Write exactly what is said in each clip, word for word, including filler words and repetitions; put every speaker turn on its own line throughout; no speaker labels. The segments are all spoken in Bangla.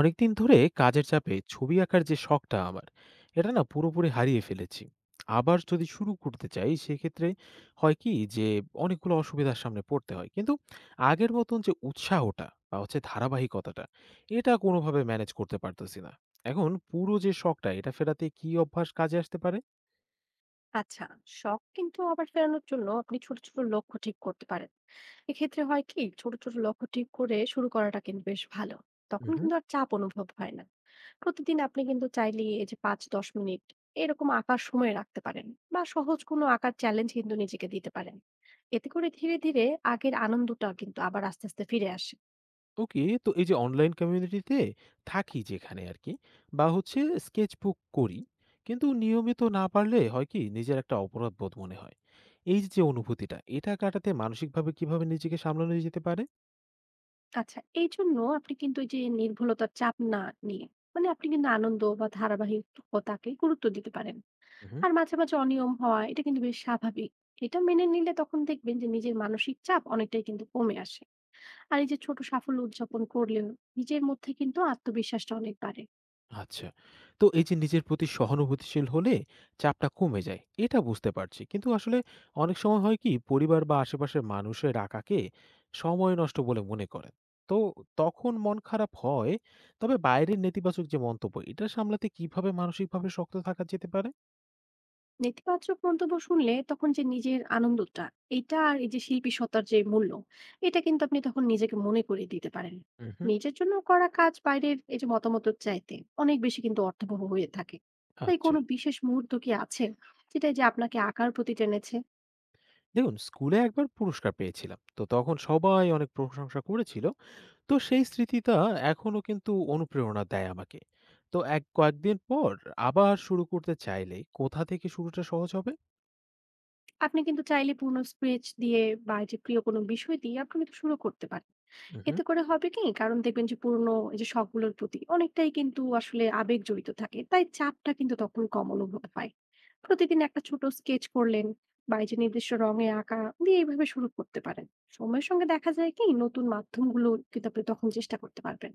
অনেকদিন ধরে কাজের চাপে ছবি আঁকার যে শখটা আমার এটা না পুরোপুরি হারিয়ে ফেলেছি। আবার যদি শুরু করতে চাই সেক্ষেত্রে হয় কি যে অনেকগুলো অসুবিধার সামনে পড়তে হয়, কিন্তু আগের মতন যে উৎসাহটা বা হচ্ছে ধারাবাহিকতাটা, এটা কোনোভাবে ম্যানেজ করতে পারতেছি না। এখন পুরো যে শখটা এটা ফেরাতে কি অভ্যাস কাজে আসতে পারে?
আচ্ছা, শখ কিন্তু আবার ফেরানোর জন্য আপনি ছোট ছোট লক্ষ্য ঠিক করতে পারেন। এক্ষেত্রে হয় কি ছোট ছোট লক্ষ্য ঠিক করে শুরু করাটা কিন্তু বেশ ভালো। তখন কিন্তু আর চাপ অনুভব হয় না। প্রতিদিন আপনি কিন্তু চাইলে এই যে পাঁচ দশ মিনিট এরকম আঁকার সময় রাখতে পারেন, বা সহজ কোনো আঁকার চ্যালেঞ্জ কিন্তু নিজেকে দিতে পারেন। এতে করে ধীরে ধীরে আগের আনন্দটা কিন্তু আবার আস্তে আস্তে ফিরে আসে।
ওকে, তো এই যে অনলাইন কমিউনিটিতে থাকি যেখানে আর কি, বা হচ্ছে স্কেচবুক করি, কিন্তু নিয়মিত না পারলে হয় কি নিজের একটা অপরাধ বোধ মনে হয়। এই যে যে অনুভূতিটা এটা কাটাতে মানসিকভাবে কিভাবে নিজেকে সামলানো যেতে পারে?
আচ্ছা, এই জন্য আপনি কিন্তু এই যে নির্ভুলতার চাপ না নিয়ে মানে আপনি কিন্তু আনন্দ বা ধারাবাহিকতাকে গুরুত্ব দিতে পারেন। আর মাঝে, মাঝে অনিয়ম হওয়া এটা কিন্তু বেশ স্বাভাবিক। এটা মেনে নিলে তখন দেখবেন যে নিজের মানসিক চাপ অনেকটাই কিন্তু কমে আসে। আর এই যে ছোট সাফল্য উদযাপন করলেও নিজের মধ্যে কিন্তু আত্মবিশ্বাসটা অনেক বাড়ে।
আচ্ছা। তো এই যে নিজের প্রতি সহানুভূতিশীল হলে চাপটা কমে যায়, এটা বুঝতে পারছি। কিন্তু আসলে অনেক সময় হয় কি পরিবার বা আশেপাশের মানুষের রাকাকে সময় নষ্ট বলে মনে করেন। তো তখন মন খারাপ হয়। তবে বাইরের নেতিবাচক যে মন্তব্য, এটা সামলাতে কিভাবে মানসিকভাবে শক্ত থাকা যেতে পারে?
নেতিবাচক মন্তব্য শুনলে তখন যে নিজের আনন্দটা এটা আর এই যে শিল্পী সত্তার যে মূল্য এটা কিন্তু আপনি তখন নিজেকে মনে করিয়ে দিতে পারেন।
উহু,
নিজের জন্য করা কাজ বাইরের এই যে মতামতের চাইতে অনেক বেশি কিন্তু অর্থবহ হয়ে থাকে। তাই
আচ্ছা।
কোনো বিশেষ মুহূর্ত কি আছে যেটা এই যে আপনাকে আঁকার প্রতি টেনেছে?
দেখুন, স্কুলে একবার পুরস্কার পেয়েছিলাম। তো তখন সবাই অনেক প্রশংসা করেছিল। তো সেই স্মৃতিটা এখনো কিন্তু অনুপ্রেরণা দেয় আমাকে। তো এক কয়েকদিন পর আবার শুরু করতে চাইলে কোথা থেকে শুরুটা সহজ হবে?
আপনি কিন্তু চাইলে পূর্ণ স্পিচ দিয়ে বা এই যে প্রিয় কোনো বিষয় দিয়ে আপনি কিন্তু শুরু করতে পারেন।
উহু।
এতে করে হবে কি, কারণ দেখবেন যে পুরনো এই যে শখগুলোর প্রতি অনেকটাই কিন্তু আসলে আবেগ জড়িত থাকে, তাই চাপটা কিন্তু তখন কম অনুভব হয়। প্রতিদিন একটা ছোট স্কেচ করলেন বা এই যে নির্দিষ্ট রঙে আঁকা দিয়ে এইভাবে শুরু করতে পারেন। সময়ের সঙ্গে দেখা যায় কি নতুন মাধ্যমগুলো কিন্তু আপনি তখন চেষ্টা করতে পারবেন।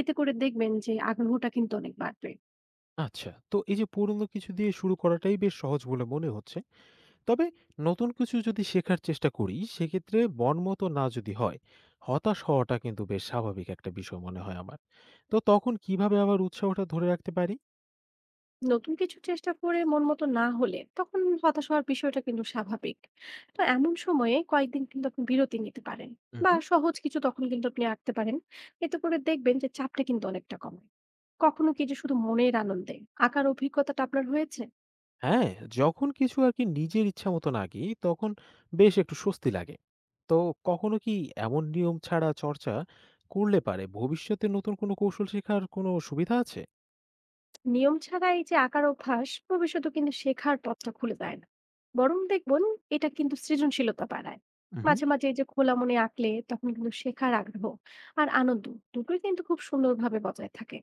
এতে করে দেখবেন যে আগ্রহটা কিন্তু অনেক বাড়বে।
আচ্ছা। তো এই যে পুরনো কিছু দিয়ে শুরু করাটাই বেশ সহজ বলে মনে হচ্ছে। তবে নতুন কিছু যদি শেখার চেষ্টা করি সেক্ষেত্রে মন মতো না যদি হয়, হতাশ হওয়াটা কিন্তু বেশ স্বাভাবিক একটা বিষয় মনে হয় আমার। তো তখন কিভাবে আবার উৎসাহটা ধরে রাখতে পারি?
নতুন কিছু চেষ্টা করে মন মতো না হলে তখন হতাশ হওয়ার বিষয়টা কিন্তু স্বাভাবিক। তো এমন সময়ে কয়েকদিন কিন্তু আপনি বিরতি নিতে পারেন, বা
উহু।
সহজ কিছু তখন কিন্তু আপনি আঁকতে পারেন। এতে করে দেখবেন যে চাপটা কিন্তু অনেকটা কমে। কখনো কি যে শুধু মনের আনন্দে আঁকার অভিজ্ঞতাটা আপনার হয়েছে?
হ্যাঁ, যখন কিছু আরকি নিজের ইচ্ছা মতন আগি, তখন বেশ একটু স্বস্তি লাগে। তো কখনো কি এমন নিয়ম ছাড়া চর্চা করলে পারে ভবিষ্যতে নতুন কোনো কৌশল শেখার কোনো সুবিধা আছে?
নিয়ম ছাড়া এই যে আঁকার অভ্যাস ভবিষ্যতে কিন্তু শেখার পথটা খুলে দেয় না, বরং দেখবেন এটা কিন্তু সৃজনশীলতা বাড়ায়।
উহু।
মাঝে মাঝে এই যে খোলা মনে আঁকলে তখন কিন্তু শেখার আগ্রহ আর আনন্দ দুটোই কিন্তু খুব সুন্দরভাবে বজায় থাকে।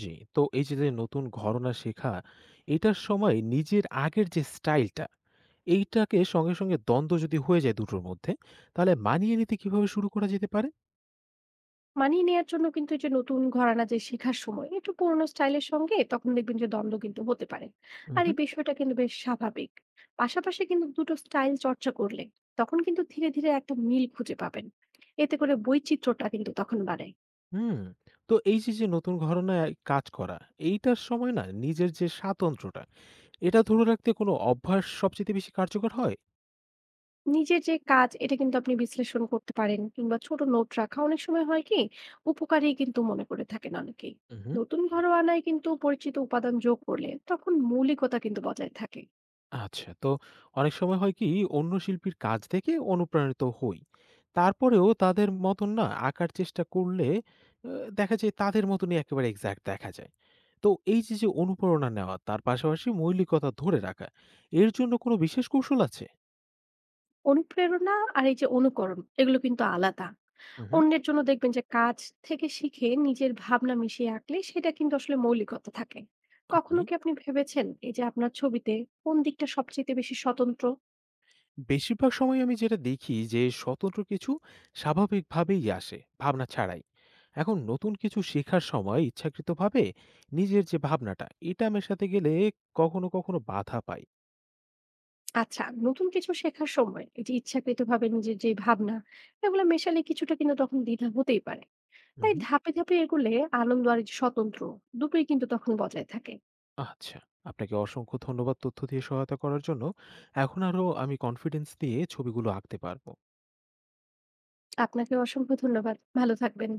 জি, তো এই যে, যে নতুন ঘরনা শেখা, এটার সময় নিজের আগের যে স্টাইলটা, এইটাকে সঙ্গে, সঙ্গে দ্বন্দ্ব যদি হয়ে যায় দুটোর মধ্যে, তাহলে মানিয়ে নিতে কিভাবে শুরু করা যেতে পারে?
মানিয়ে নেয়ার জন্য কিন্তু এই যে নতুন ঘরানা যে শেখার সময় একটু পুরোনো স্টাইলের সঙ্গে তখন দেখবেন যে দ্বন্দ্ব কিন্তু হতে পারে। আর
উহু।
এই বিষয়টা কিন্তু বেশ স্বাভাবিক। পাশাপাশি কিন্তু দুটো স্টাইল চর্চা করলে তখন কিন্তু ধীরে ধীরে একটা মিল খুঁজে পাবেন। এতে করে বৈচিত্র্যটা কিন্তু তখন বাড়ে।
হুম, তো এই যে, যে নতুন ঘরনায় কাজ করা, এইটার সময় না নিজের যে স্বাতন্ত্র্যটা, এটা ধরে রাখতে কোনো অভ্যাস সবচেয়ে বেশি কার্যকর হয়?
নিজের যে কাজ এটা কিন্তু আপনি বিশ্লেষণ করতে পারেন, কিংবা ছোট নোট রাখা অনেক সময় হয় কি উপকারী কিন্তু মনে করে থাকেন অনেকেই।
উহু।
নতুন ঘরোয়ানায় কিন্তু পরিচিত উপাদান যোগ করলে তখন মৌলিকতা কিন্তু বজায় থাকে।
আচ্ছা, তো অনেক সময় হয় কি অন্য শিল্পীর কাজ দেখে অনুপ্রাণিত হই। তারপরেও তাদের মতন না আঁকার চেষ্টা করলে আ দেখা যায় তাদের মতনই একেবারে এক্সাক্ট দেখা যায়। তো এই যে, যে অনুপ্রেরণা নেওয়া তার পাশাপাশি মৌলিকতা ধরে রাখা, এর জন্য কোনো বিশেষ কৌশল আছে?
অনুপ্রেরণা আর এই যে অনুকরণ এগুলো কিন্তু আলাদা।
উহু।
অন্যের জন্য দেখবেন যে কাজ থেকে শিখে নিজের ভাবনা মিশিয়ে আঁকলে সেটা কিন্তু আসলে মৌলিকতা থাকে। কখনো
ওকে।
কি আপনি ভেবেছেন এই যে আপনার ছবিতে কোন দিকটা সবচেয়ে বেশি স্বতন্ত্র?
বেশিরভাগ সময় আমি যেটা দেখি যে স্বতন্ত্র কিছু স্বাভাবিকভাবেই আসে ভাবনা ছাড়াই। এখন নতুন কিছু শেখার সময় ইচ্ছাকৃতভাবে নিজের যে ভাবনাটা এটা মেশাতে গেলে কখনো কখনো বাধা পাই।
আচ্ছা, নতুন কিছু শেখার সময় এই যে ইচ্ছাকৃতভাবে নিজের যে ভাবনা এগুলো মেশালে কিছুটা কিন্তু তখন দ্বিধা হতেই পারে। তাই
হুম।
ধাপে ধাপে এগুলে আনন্দ আর এই যে স্বতন্ত্র দুটোই কিন্তু তখন বজায় থাকে।
আচ্ছা, আপনাকে অসংখ্য ধন্যবাদ তথ্য দিয়ে সহায়তা করার জন্য। এখন আরো আমি কনফিডেন্স দিয়ে ছবিগুলো আঁকতে পারবো।
আপনাকে অসংখ্য ধন্যবাদ, ভালো থাকবেন।